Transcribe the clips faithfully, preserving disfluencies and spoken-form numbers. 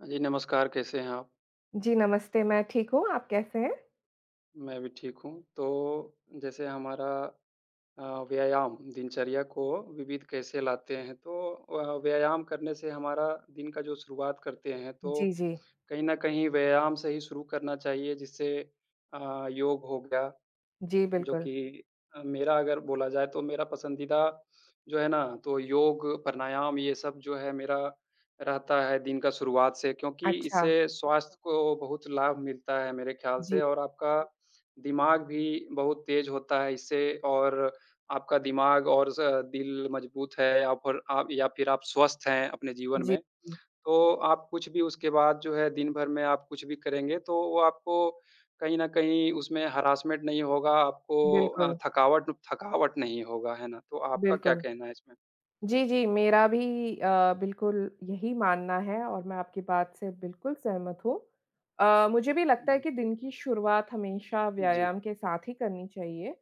हाँ जी, नमस्कार, कैसे हैं आप? जी, नमस्ते, मैं ठीक हूँ, आप कैसे हैं? मैं भी ठीक हूँ। तो जैसे हमारा अ, व्यायाम दिनचर्या को विविध कैसे लाते हैं? तो अ, व्यायाम करने से हमारा दिन का जो शुरुआत करते हैं, जी, तो जी। कहीं न कहीं व्यायाम से ही शुरू करना चाहिए, जिससे अ, योग हो गया। जी, जो बिल्कुल। कि अ, मेरा अगर बोला जाए तो मेरा पसंदीदा जो है ना तो योग, प्राणायाम ये सब जो है मेरा रहता है दिन का शुरुआत से क्योंकि अच्छा, इससे स्वास्थ्य को बहुत लाभ मिलता है मेरे ख्याल से। जी, और आपका दिमाग भी बहुत तेज होता है इससे और आपका दिमाग और स दिल मजबूत है या फिर आप या फिर आप स्वस्थ हैं अपने जीवन जी, में। जी। तो आप कुछ भी उसके बाद जो है दिन भर में आप कुछ भी करेंगे तो वो आपको कहीं न कहीं उसमें हरासमेंट नहीं होगा, आपको अ, बिल्कुल, थकावट थकावट नहीं होगा, है ना? तो आपका क्या बिल्कुल। कहना है इसमें? जी, जी, मेरा भी अ, बिल्कुल यही मानना है और मैं आपकी बात से बिल्कुल सहमत हूँ। अ, मुझे भी लगता है हुँ, कि दिन की शुरुआत हमेशा जी, व्यायाम के साथ ही करनी चाहिए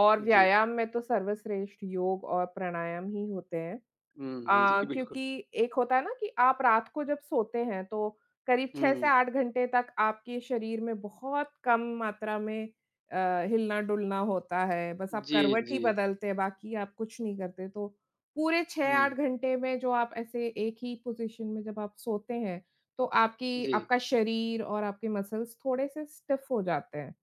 और जी। व्यायाम में तो सर्वश्रेष्ठ योग और प्राणायाम ही होते हैं। हुँ, जी, अ, बिल्कुल। क्योंकि एक होता है ना कि आप रात को जब सोते हैं तो करीब छह से हुँ, आठ घंटे तक आपके शरीर में बहुत कम मात्रा में अ, हिलना-डुलना होता है। बस आप जी, करवट ही जी। बदलते हैं, बाकी आप कुछ नहीं करते। तो पूरे छह से आठ हुँ, घंटे में जो आप ऐसे एक ही पोज़ीशन में जब आप सोते हैं, तो आपकी जी, आपका शरीर और आपके मसल्स थोड़े-से स्टिफ़ हो जाते हैं।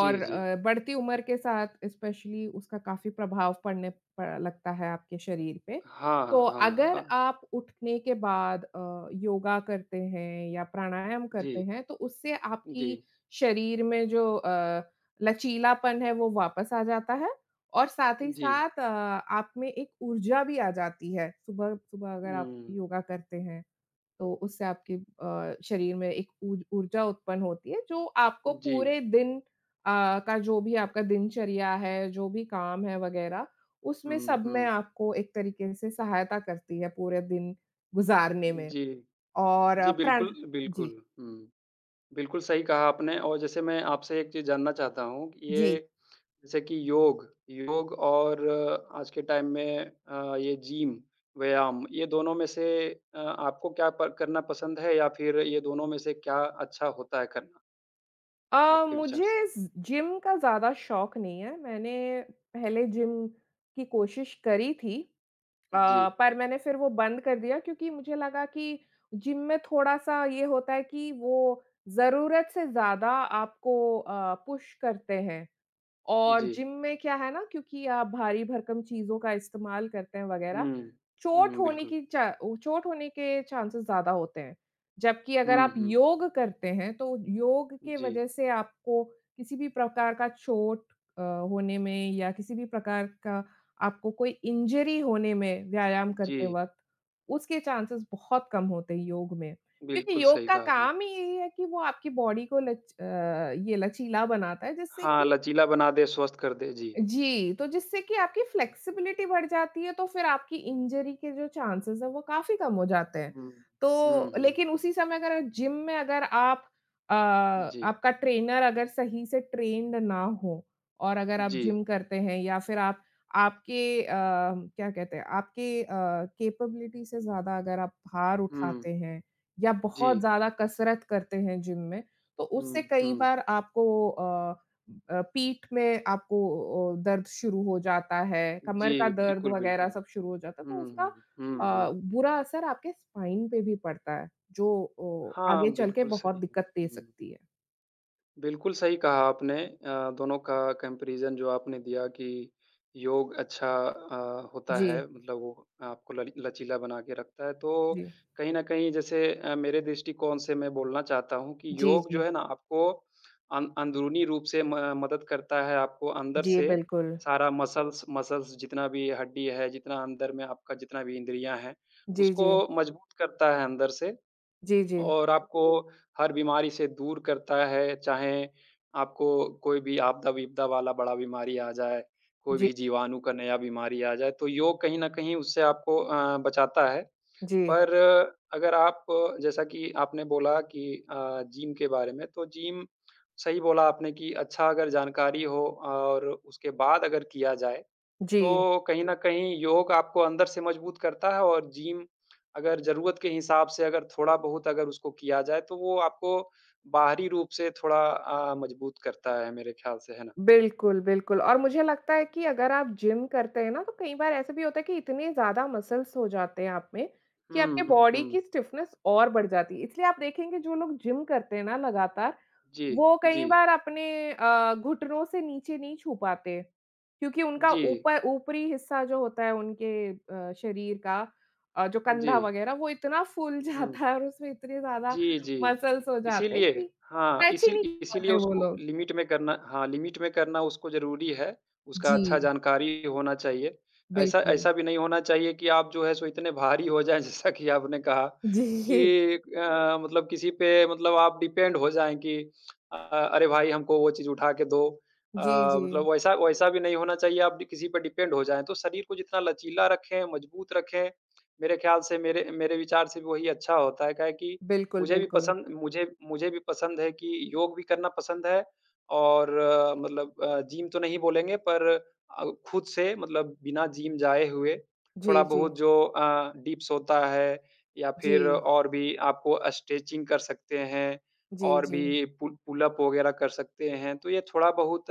जी, जी। अ, बढ़ती उम्र के साथ स्पेशली उसका काफ़ी प्रभाव पड़ने प लगता है आपके शरीर पे। हाँ, तो हाँ, अगर हाँ। आप उठने के बाद अ, योगा करते हैं या प्राणायाम करते जी, हैं, तो उससे जी, आपकी शरीर में जो अ, लचीलापन है, वो वापस आ जाता है और साथ ही जी। साथ अ, आप में एक ऊर्जा भी आ जाती है, सुबह-सुबह अगर आप हुँ, योगा करते हैं। तो उससे आपके अ, शरीर में एक ऊर्ज ऊर्जा उत्पन्न होती है जो आपको जी। पूरे दिन अ, का जो भी आपका दिनचर्या है, जो भी काम है वग़ैरह, उसमें हुँ, सब में हुँ। आपको एक तरीके से सहायता करती है पूरे दिन गुज़ारने में जी, और जी, प्रण बिल्कुल, जी, बिल्कुल। हुँ। बिल्कुल सही कहा आपने। और जैसे मैं आपसे एक चीज़ जानना चाहता हूँ, जी। ये जैसे कि योग योग और अ, आज के टाइम में अ, ये जिम, व्यायाम ये दोनों में से अ, आपको क्या प करना पसंद है या फिर ये दोनों में से क्या अच्छा होता है करना, अ, आपके विचार मुझे से? ज़ जिम का ज़्यादा शौक नहीं है, मैंने पहले जिम की कोशिश करी थी। जी, अ, पर मैंने फिर वो बंद कर दिया क्योंकि मुझे लगा कि जिम में थोड़ा-सा ये होता है कि वो ज़रूरत से ज़्यादा आपको अ, पुश करते हैं। और जी। जिम में क्या है ना क्योंकि आप भारी-भरकम चीज़ों का इस्तेमाल करते हैं वगैरह, हुँ, चोट हुँ, होने बिल्कुल। की चा ओ चोट होने के चांसेस ज़्यादा होते हैं। जबकि अगर हुँ, आप हुँ। योग करते हैं, तो योग के जी, वजह से आपको किसी भी प्रकार का चोट अ, होने में या किसी भी प्रकार का आपको कोई इंजरी होने में व्यायाम करते जी, वक़्त, उसके चांसेस बहुत कम होते हैं योग में। बिल्कुल क्योंकि योग सही का कहा आपने। काम ही यही है कि वो आपकी बॉडी को लच अ, ये लचीला बनाता है जिससे हाँ, कि लचीला बना दे, स्वस्थ कर दे, जी। जी, तो जिससे कि आपकी फ्लेक्सिबिलिटी बढ़ जाती है, तो फिर आपकी इंजरी के जो चांसेज़ हैं, वो काफ़ी कम हो जाते हैं। हुँ, हुँ, तो हुँ, लेकिन उसी समय अगर जिम में अगर आप अ, जी, आपका ट्रेनर अगर सही से ट्रेन्ड ना हो और अगर आप जी, जिम करते हैं या फिर आप आपके अ, क्या कहते हैं, आपके अ, कैपेबिलिटी से ज़्यादा अगर आप भार हुँ, उठाते हैं या जी। बहुत ज़्यादा कसरत करते हैं जिम में, तो उससे हुँ, कई हुँ। बार आपको अ अ, पीठ में आपको अ, दर्द शुरू हो जाता है, कमर जी, का दर्द बिल्कुल, वग़ैरह बिल्कुल। सब शुरू हो जाता है, तो हुँ, उसका हुँ, हुँ, अ, हुँ। बुरा असर आपके स्पाइन पे भी पड़ता है, जो अ, आगे हाँ, चल के बिल्कुल बहुत सही है। दिक्कत दे हुँ। सकती है। बिल्कुल सही कहा आपने। अ, दोनों का कंपैरिज़न जो आपने दिया कि योग अच्छा अ, होता जी, है मतलब वो आपको लल लचीला बना के रखता है। तो जी। कहीं न कहीं जैसे अ, मेरे दृष्टिकोण से मैं बोलना चाहता हूँ कि जी, योग जो जी। है ना आपको अं अंदरूनी रूप से म मदद करता है, आपको अंदर जी, से बिल्कुल। सारा मसल्स मसल्स जितना भी हड्डी है, जितना अंदर में आपका जितना भी इंद्रियाँ हैं, जी, उसको जी। मजबूत करता है अंदर से। जी, जी। और आपको हर बीमारी से दूर करता है, चाहे आपको कोई भी आपदा-विपदा वाला बड़ा बीमारी आ जाए, कोई जी, भी जीवाणु का नया बीमारी आ जाए, तो योग कहीं न कहीं उससे आपको अ, बचाता है। जी। पर अगर आप जैसा कि आपने बोला कि अ, जिम के बारे में, तो जिम सही बोला आपने कि अच्छा अगर जानकारी हो और उसके बाद अगर किया जाए जी। तो कहीं न कहीं योग आपको अंदर से मजबूत करता है और जिम अगर ज़रूरत के हिसाब से अगर थोड़ा-बहुत अगर उसको किया जाए, तो वो आपको बाहरी रूप से थोड़ा अ, मजबूत करता है मेरे ख़्याल से, है ना? बिल्कुल, बिल्कुल और मुझे लगता है कि अगर आप जिम करते हैं ना, तो कई बार ऐसा भी होता है कि इतने ज़्यादा मसल्स हो जाते हैं आप में, कि आपके हुँ, बॉडी हुँ। की स्टिफनेस और बढ़ जाती है। इसलिए आप देखेंगे जो लोग जिम करते हैं ना लगातार, जी, वो कई जी, बार अपने अ, घुटनों से नीचे नहीं छू पाते। क्योंकि उनका जी, ऊपर ऊपरी हिस्सा जो होता है उनके अ, शरीर का अ, जो जी। कंधा वगैरह वो इतना फूल हुँ। जाता है और उसमें इतने ज़्यादा जी, जी। मसल्स हो जाते हैं इसीलिए कि हाँ, स्ट्रेच ही इसी नहीं कर इसीलिए पाते वो उसको लोग। लिमिट में करना, हाँ, लिमिट में करना उसको ज़रूरी है। उसका जी। अच्छा जानकारी होना चाहिए। ऐसा बिल्कुल। ऐसा भी नहीं होना चाहिए कि आप जो है सो इतने भारी हो जाएँ जैसा कि आपने कहा जी, कि अ, मतलब किसी पे मतलब आप डिपेंड हो जाएँ कि अ, अरे भाई हमको वो चीज़ उठा के दो। अ, जी, जी। मतलब वैसा वैसा भी नहीं होना चाहिए आप किसी पे डिपेंड हो जाएँ। तो शरीर को जितना लचीला रखें, मजबूत रखें, मेरे ख़्याल से मेरे मेरे विचार से भी वही अच्छा होता है। काहे कि बिल्कुल, मुझे भी बिल्कुल। पसंद मुझे मुझे भी पसंद है कि योग भी करना पसंद है और अ, मतलब अ, जिम तो नहीं बोलेंगे पर अ, खुद से मतलब बिना जिम जाए हुए थोड़ा जी, जी। बहुत जो अ, डिप्स होता है या फिर जी, और भी आपको स्ट्रेचिंग कर सकते हैं जी, और जी। भी पुल पुलअप वगैरह कर सकते हैं। तो ये थोड़ा बहुत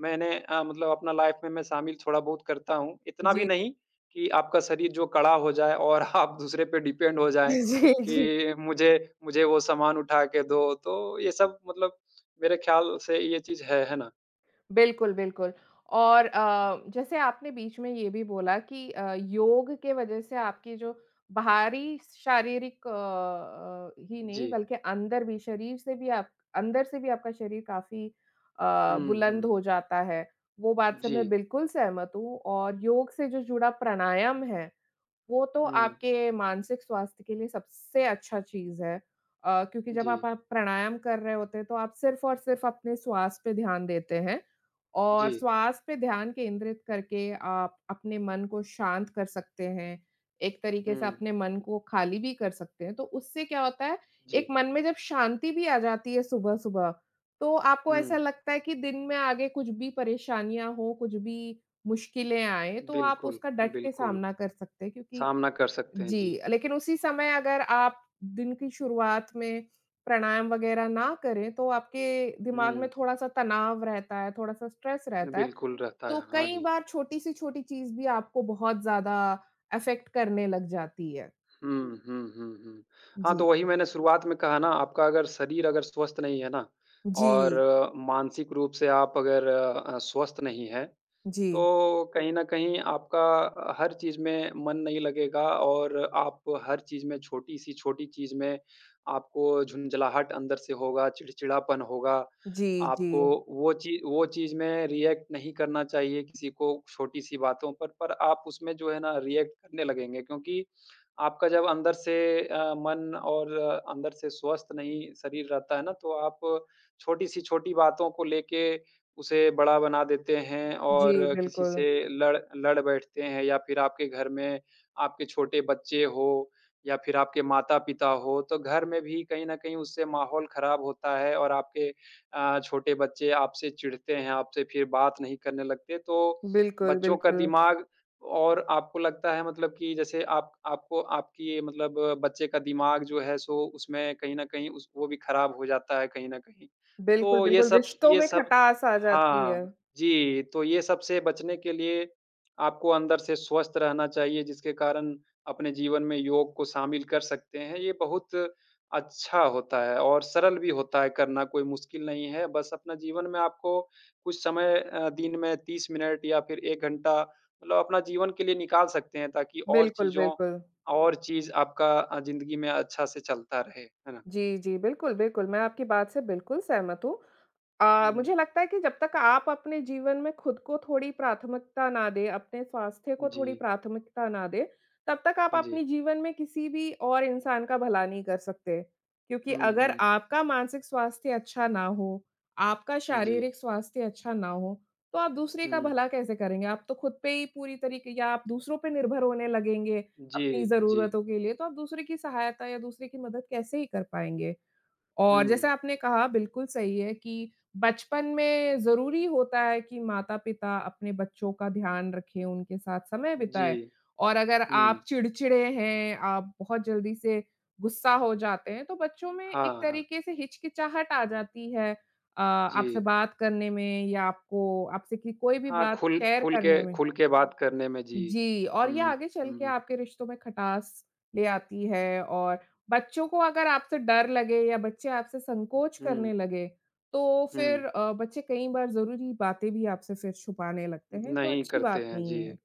मैंने अ, मतलब अपना लाइफ में मैं शामिल थोड़ा बहुत करता हूँ। इतना भी जी। नहीं कि आपका शरीर जो कड़ा हो जाए और आप दूसरे पे डिपेंड हो जाएँ। जी, जी। कि मुझे मुझे वो सामान उठा के दो, तो ये सब मतलब मेरे ख़्याल से ये चीज़ है, है ना? बिल्कुल, बिल्कुल और अ, जैसे आपने बीच में ये भी बोला कि अ, योग के वजह से आपकी जो बाहरी शारीरिक अ अ, ही नहीं जी। बल्कि अंदर भी शरीर से भी आप अंदर से भी आपका शरीर काफ़ी अ, हुँ, बुलंद हुँ। हो जाता है। वो बात से जी। मैं बिल्कुल सहमत हूँ और योग से जो जुड़ा प्राणायाम है वो तो हुँ। आपके मानसिक स्वास्थ्य के लिए सबसे अच्छा चीज़ है। अ, क्योंकि जब आप जी, आप प्राणायाम कर रहे होते हैं, तो आप सिर्फ़ और सिर्फ़ अपने श्वास पे ध्यान देते हैं और जी। श्वास पे ध्यान केंद्रित करके आप अपने मन को शांत कर सकते हैं। एक तरीके से हुँ, अपने मन को खाली भी कर सकते हैं। तो उससे क्या होता है, एक जी। मन में जब शांति भी आ जाती है सुबह-सुबह, तो आपको हुँ। ऐसा लगता है कि दिन में आगे कुछ भी परेशानियाँ हो, कुछ भी मुश्किलें आएँ, तो आप बिल्कुल, उसका डट के बिल्कुल। सामना कर सकते हैं क्योंकि सामना कर सकते हैं, जी। जी, लेकिन उसी समय अगर आप दिन की शुरुआत में प्राणायाम वगैरह ना करें, तो आपके दिमाग में हुँ, थोड़ा-सा तनाव रहता है, थोड़ा-सा स्ट्रेस रहता है, बिल्कुल रहता है। तो हाँ कई जी। बार छोटी से छोटी चीज़ भी आपको बहुत ज़्यादा अफ़ेक्ट करने लग जाती है। हुँ, हुँ, हुँ, हुँ। हाँ, तो जी। वही मैंने शुरुआत में कहा ना, आपका अगर शरीर अगर स्वस्थ नहीं है ना और जी, मानसिक रूप से आप अगर अ, स्वस्थ नहीं हैं जी, तो कहीं न कहीं आपका अ, हर चीज़ में मन नहीं लगेगा। और आप हर चीज़ में छोटी-सी छोटी चीज़ में आपको झुंझलाहट अंदर से होगा, चिड़चिड़ापन होगा। जी, जी। आपको वो ची वो चीज़ में रिएक्ट नहीं करना चाहिए किसी को छोटी-सी बातों पर, पर आप उसमें जो है ना रिएक्ट करने लगेंगे क्योंकि आपका जब अंदर से अ, मन और अ, अंदर से स्वस्थ नहीं शरीर रहता है ना, तो आप छोटी-सी छोटी बातों को लेके उसे बड़ा बना देते हैं जी, और किसी से बिल्कुल। लड़ लड़ बैठते हैं या फिर आपके घर में आपके छोटे बच्चे हो या फिर आपके माता-पिता हो, तो घर में भी कहीं न कहीं उससे माहौल ख़राब होता है और आपके अ, छोटे बच्चे आपसे चिढ़ते हैं, आपसे फिर बात नहीं करने लगते। तो बिल्कुल, बच्चों का बिल्कुल। दिमाग और आपको लगता है मतलब कि जैसे आप आपको आपकी मतलब बच्चे का दिमाग जो है सो उसमें कहीं न कहीं उस वो भी ख़राब हो जाता है कहीं न कहीं। बिल्कुल, तो ये बिल्कुल, सब रिश्तों ये में सब खटास आ जाती हाँ, है। जी, तो ये सब से बचने के लिए आपको अंदर से स्वस्थ रहना चाहिए, जिसके कारण अपने जीवन में योग को शामिल कर सकते हैं। ये बहुत अच्छा होता है और सरल भी होता है करना, कोई मुश्किल नहीं है। बस अपना जीवन में आपको कुछ समय अ, दिन में तीस मिनट या फिर एक घंटा मतलब अपना जीवन के लिए निकाल सकते हैं, ताकि और बिल्कुल, चीज़ों बिल्कुल। और चीज़ आपका अ, ज़िंदगी में अच्छा से चलता रहे, है ना? जी, जी। बिल्कुल, बिल्कुल। मैं आपकी बात से बिल्कुल सहमत हूँ। अ, हुँ, मुझे लगता है कि जब तक आप अपने जीवन में खुद को थोड़ी प्राथमिकता ना दें, अपने स्वास्थ्य को जी, थोड़ी प्राथमिकता ना दें, तब तक आप जी। अपने जीवन में किसी भी और इंसान का भला नहीं कर सकते। क्योंकि हुँ, अगर हुँ, आपका मानसिक स्वास्थ्य अच्छा ना हो, आपका जी, शारीरिक स्वास्थ्य अच्छा ना हो, तो आप दूसरे का हुँ। भला कैसे करेंगे? आप तो खुद पे ही पूरी तरीके या आप दूसरों पे निर्भर होने लगेंगे जी, अपनी जी। ज़रूरतों के लिए, तो आप दूसरे की सहायता या दूसरे की मदद कैसे ही कर पाएँगे? हुँ, और जैसे आपने कहा बिल्कुल सही है कि बचपन में ज़रूरी होता है कि माता-पिता अपने बच्चों का ध्यान रखें, उनके साथ समय जी, बिताएँ और अगर आप हुँ। चिड़चिड़े हैं, आप बहुत जल्दी से गुस्सा हो जाते हैं, तो बच्चों में एक हाँ, हाँ। तरीके से हिचकिचाहट आ जाती है अ, आपसे जी, बात करने में या आपको आपसे की कोई भी हाँ, बात खुल शेयर खुल के करने में। खुल के बात करने में, जी। जी, और ये हुँ, आगे चल के हुँ, आपके रिश्तों में खटास ले आती है और बच्चों को अगर आपसे डर लगे या बच्चे आपसे संकोच हुँ, करने लगे, तो हुँ। फिर अ, बच्चे कई बार ज़रूरी बातें भी आपसे फिर छुपाने लगते हैं, जो नहीं अच्छी करते बात हैं, नहीं जी। है।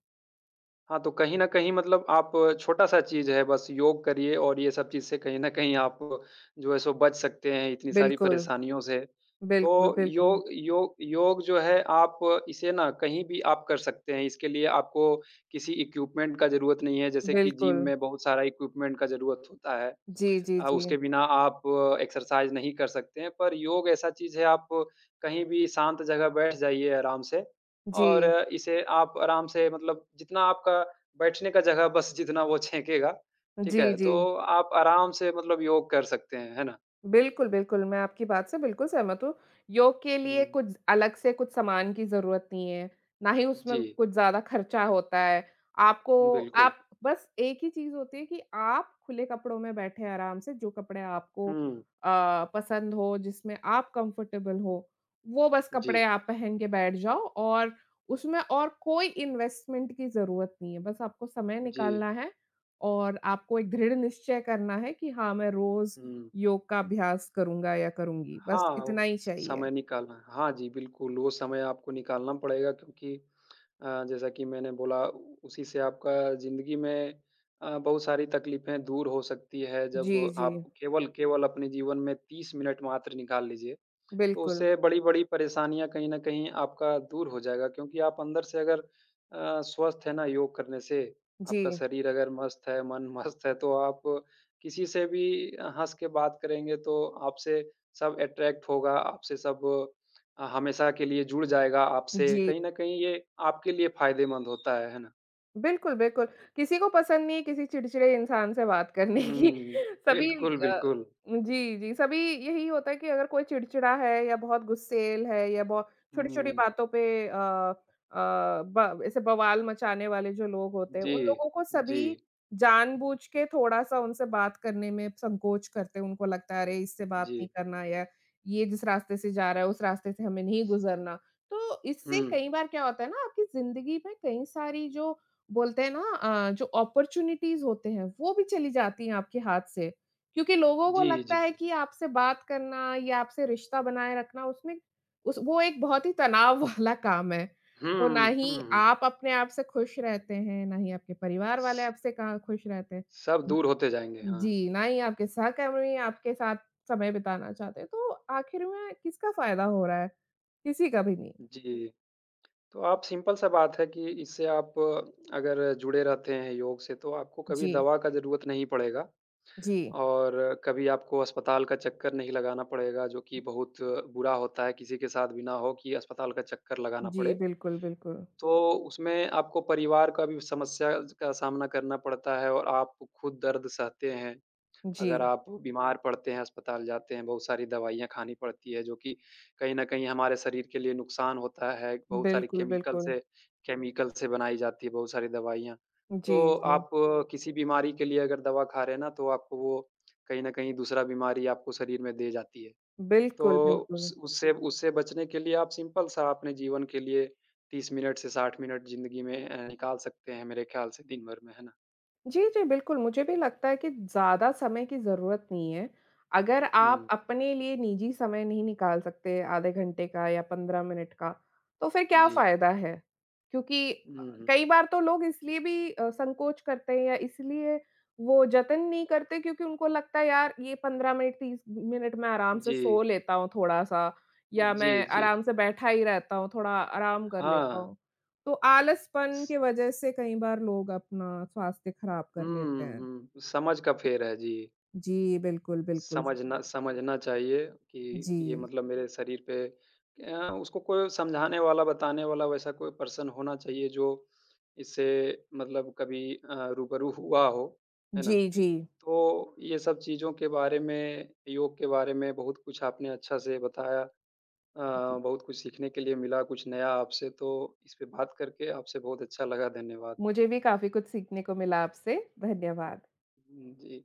हाँ, तो कहीं न कहीं मतलब आप छोटा-सा चीज़ है बस योग करिए और ये सब चीज़ से कहीं न कहीं आप जो है सो बच सकते हैं इतनी सारी बिल्कुल, परेशानियों से। तो बिल्कुल, बिल्कुल, योग योग योग जो है आप इसे ना कहीं भी आप कर सकते हैं, इसके लिए आपको किसी इक्विपमेंट का ज़रूरत नहीं है, जैसे कि जिम बिल्कुल। में बहुत सारा इक्विपमेंट का ज़रूरत होता है। जी, जी, अ, जी। उसके बिना आप एक्सरसाइज़ नहीं कर सकते हैं, पर योग ऐसा चीज़ है आप कहीं भी शांत जगह बैठ जाइए आराम से और जी, इसे आप आराम से मतलब जितना आपका बैठने का जगह बस जितना वो छेकेगा, ठीक जी, है? जी। तो आप आराम से मतलब योग कर सकते हैं, है ना? बिल्कुल, बिल्कुल, मैं आपकी बात से बिल्कुल सहमत हूँ। योग के लिए हुँ, कुछ अलग से कुछ सामान की ज़रूरत नहीं है, ना ही जी, उसमें कुछ ज़्यादा खर्चा होता है। आपको बिल्कुल। आप बस एक ही चीज़ होती है कि आप खुले कपड़ों में बैठे आराम से, जो कपड़े आपको हुँ, अ, पसंद हो, जिसमें आप कंफर्टेबल हो, वो बस जी, कपड़े आप पहन के बैठ जाओ और उसमें और कोई इन्वेस्टमेंट की ज़रूरत नहीं है। बस आपको समय जी, निकालना है और आपको एक दृढ़ निश्चय करना है कि हाँ, मैं रोज़ हुँ। योग का अभ्यास करूँगा या करूँगी, हाँ, बस वो इतना ही स चाहिए। समय निकालना है। हाँ जी, बिल्कुल, वो समय आपको निकालना पड़ेगा क्योंकि अ, जैसा कि मैंने बोला उसी से आपका ज़िंदगी में अ, बहुत सारी तकलीफ़ें दूर हो सकती है जब जी, जी, आप केवल केवल अपने जीवन में तीस मिनट मात्र निकाल लीजिए। तो बिल्कुल। उससे बड़ी-बड़ी परेशानियाँ कहीं न कहीं आपका दूर हो जाएगा क्योंकि आप अंदर से अगर अ, स्वस्थ है ना योग करने से, आपका जी, शरीर अगर मस्त है, मन मस्त है, तो आप किसी से भी हँस के बात करेंगे तो आपसे सब अट्रैक्ट होगा, आपसे सब अ, हमेशा के लिए जुड़ जाएगा आपसे। जी। कहीं न कहीं ये आपके लिए फ़ायदेमंद होता है, है ना? बिल्कुल, बिल्कुल। किसी को पसंद नहीं है किसी चिड़चिड़े इंसान से बात करने की। हुँ, सभी बिल्कुल, अ, बिल्कुल। जी, जी, सभी यही होता है कि अगर कोई चिड़चिड़ा है या बहुत गुस्सैल है या बहुत छोटी-छोटी हुँ, बातों पे अ अ, ब ऐसे बवाल मचाने वाले जो लोग होते हैं, जी, उन लोगों को जी, सभी जानबूझ के थोड़ा-सा उनसे बात करने में संकोच करते हैं। उनको लगता है, अरे! इससे बात जी। नहीं करना या ये जिस रास्ते से जा रहा है, उस रास्ते से हमें नहीं गुज़रना। तो इससे हुँ, कई बार क्या होता है ना, आपकी ज़िंदगी में कई सारी जो बोलते हैं ना अ, जो अपॉर्च्युनिटीज़ होते हैं, वो भी चली जाती हैं आपके हाथ से। क्योंकि लोगों को जी, लगता जी। है कि आपसे बात करना या आपसे रिश्ता बनाए रखना उसमें उस वो एक बहुत ही तनाव वाला काम है। तो ना हुँ, ही हुँ। आप अपने आप से खुश रहते हैं, ना ही आपके परिवार वाले स आपसे कहाँ खुश रहते हैं। सब हुँ, दूर होते जाएँगे, हाँ। जी, ना ही आपके सहकर्मी आपके साथ समय बिताना चाहते हैं। तो आखिर में किसका फ़ायदा हो रहा है? किसी का भी नहीं। जी, तो आप सिंपल सा बात है कि इससे आप अगर जुड़े रहते हैं योग से तो आपको कभी जी, दवा का ज़रूरत नहीं पड़ेगा जी। और कभी आपको अस्पताल का चक्कर नहीं लगाना पड़ेगा, जो कि बहुत बुरा होता है, किसी के साथ भी ना हो कि अस्पताल का चक्कर लगाना जी, पड़े। बिल्कुल, बिल्कुल। तो उसमें आपको परिवार का भी समस्या का सामना करना पड़ता है और आप खुद दर्द सहते हैं। जी। अगर आप बीमार पड़ते हैं, अस्पताल जाते हैं, बहुत सारी दवाइयाँ खानी पड़ती है, जो कि कहीं न कहीं हमारे शरीर के लिए नुकसान होता है। बहुत सारी बिल्कुल, केमिकल बिल्कुल। से केमिकल से बनाई जाती है बहुत सारी दवाइयाँ। जी, तो जी। आप किसी बीमारी के लिए अगर दवा खा रहे हैं ना, तो आपको वो कहीं न कहीं दूसरा बीमारी आपको शरीर में दे जाती है। तो बिल्कुल, बिल्कुल। उस उससे उससे बचने के लिए आप सिंपल-सा अपने जीवन के लिए तीस मिनट से साठ मिनट ज़िंदगी में अ, निकाल सकते हैं मेरे ख्याल से दिन भर में, है ना? जी, जी, बिल्कुल, मुझे भी लगता है कि ज़्यादा समय की ज़रूरत नहीं है। अगर हुँ। आप अपने लिए निजी समय नहीं निकाल सकते आधे घंटे का या पंद्रह मिनट का, तो फिर क्या जी। फ़ायदा है? क्योंकि अ, हुँ, हुँ। कई बार तो लोग इसलिए भी अ, संकोच करते हैं या इसलिए वो जतन नहीं करते क्योंकि उनको लगता है यार ये पंद्रह मिनट, तीस मिनट मैं आराम से जी। सो लेता हूँ थोड़ा-सा या जी, मैं जी। आराम से बैठा ही रहता हूँ, थोड़ा आराम कर लेता हाँ, हूँ। तो आलसपन स की वजह से कई बार लोग अपना स्वास्थ्य खराब कर लेते हुँ, हैं। हुँ, समझ का फ़ेर है जी। हुँ। जी, बिल्कुल, बिल्कुल। समझना समझना चाहिए कि ये जी। मतलब मेरे शरीर पे अ, उसको कोई समझाने वाला, बताने वाला वैसा कोई पर्सन होना चाहिए जो इससे मतलब कभी अ, रूबरू हुआ हो, है ना? जी, जी। तो ये सब चीज़ों के बारे में, योग के बारे में बहुत कुछ आपने अच्छा से बताया। अ, जी, बहुत कुछ सीखने के लिए मिला, कुछ नया आपसे। तो इस पे बात करके आपसे बहुत अच्छा लगा। धन्यवाद। मुझे भी काफ़ी कुछ सीखने को मिला आपसे, धन्यवाद। हुँ, जी।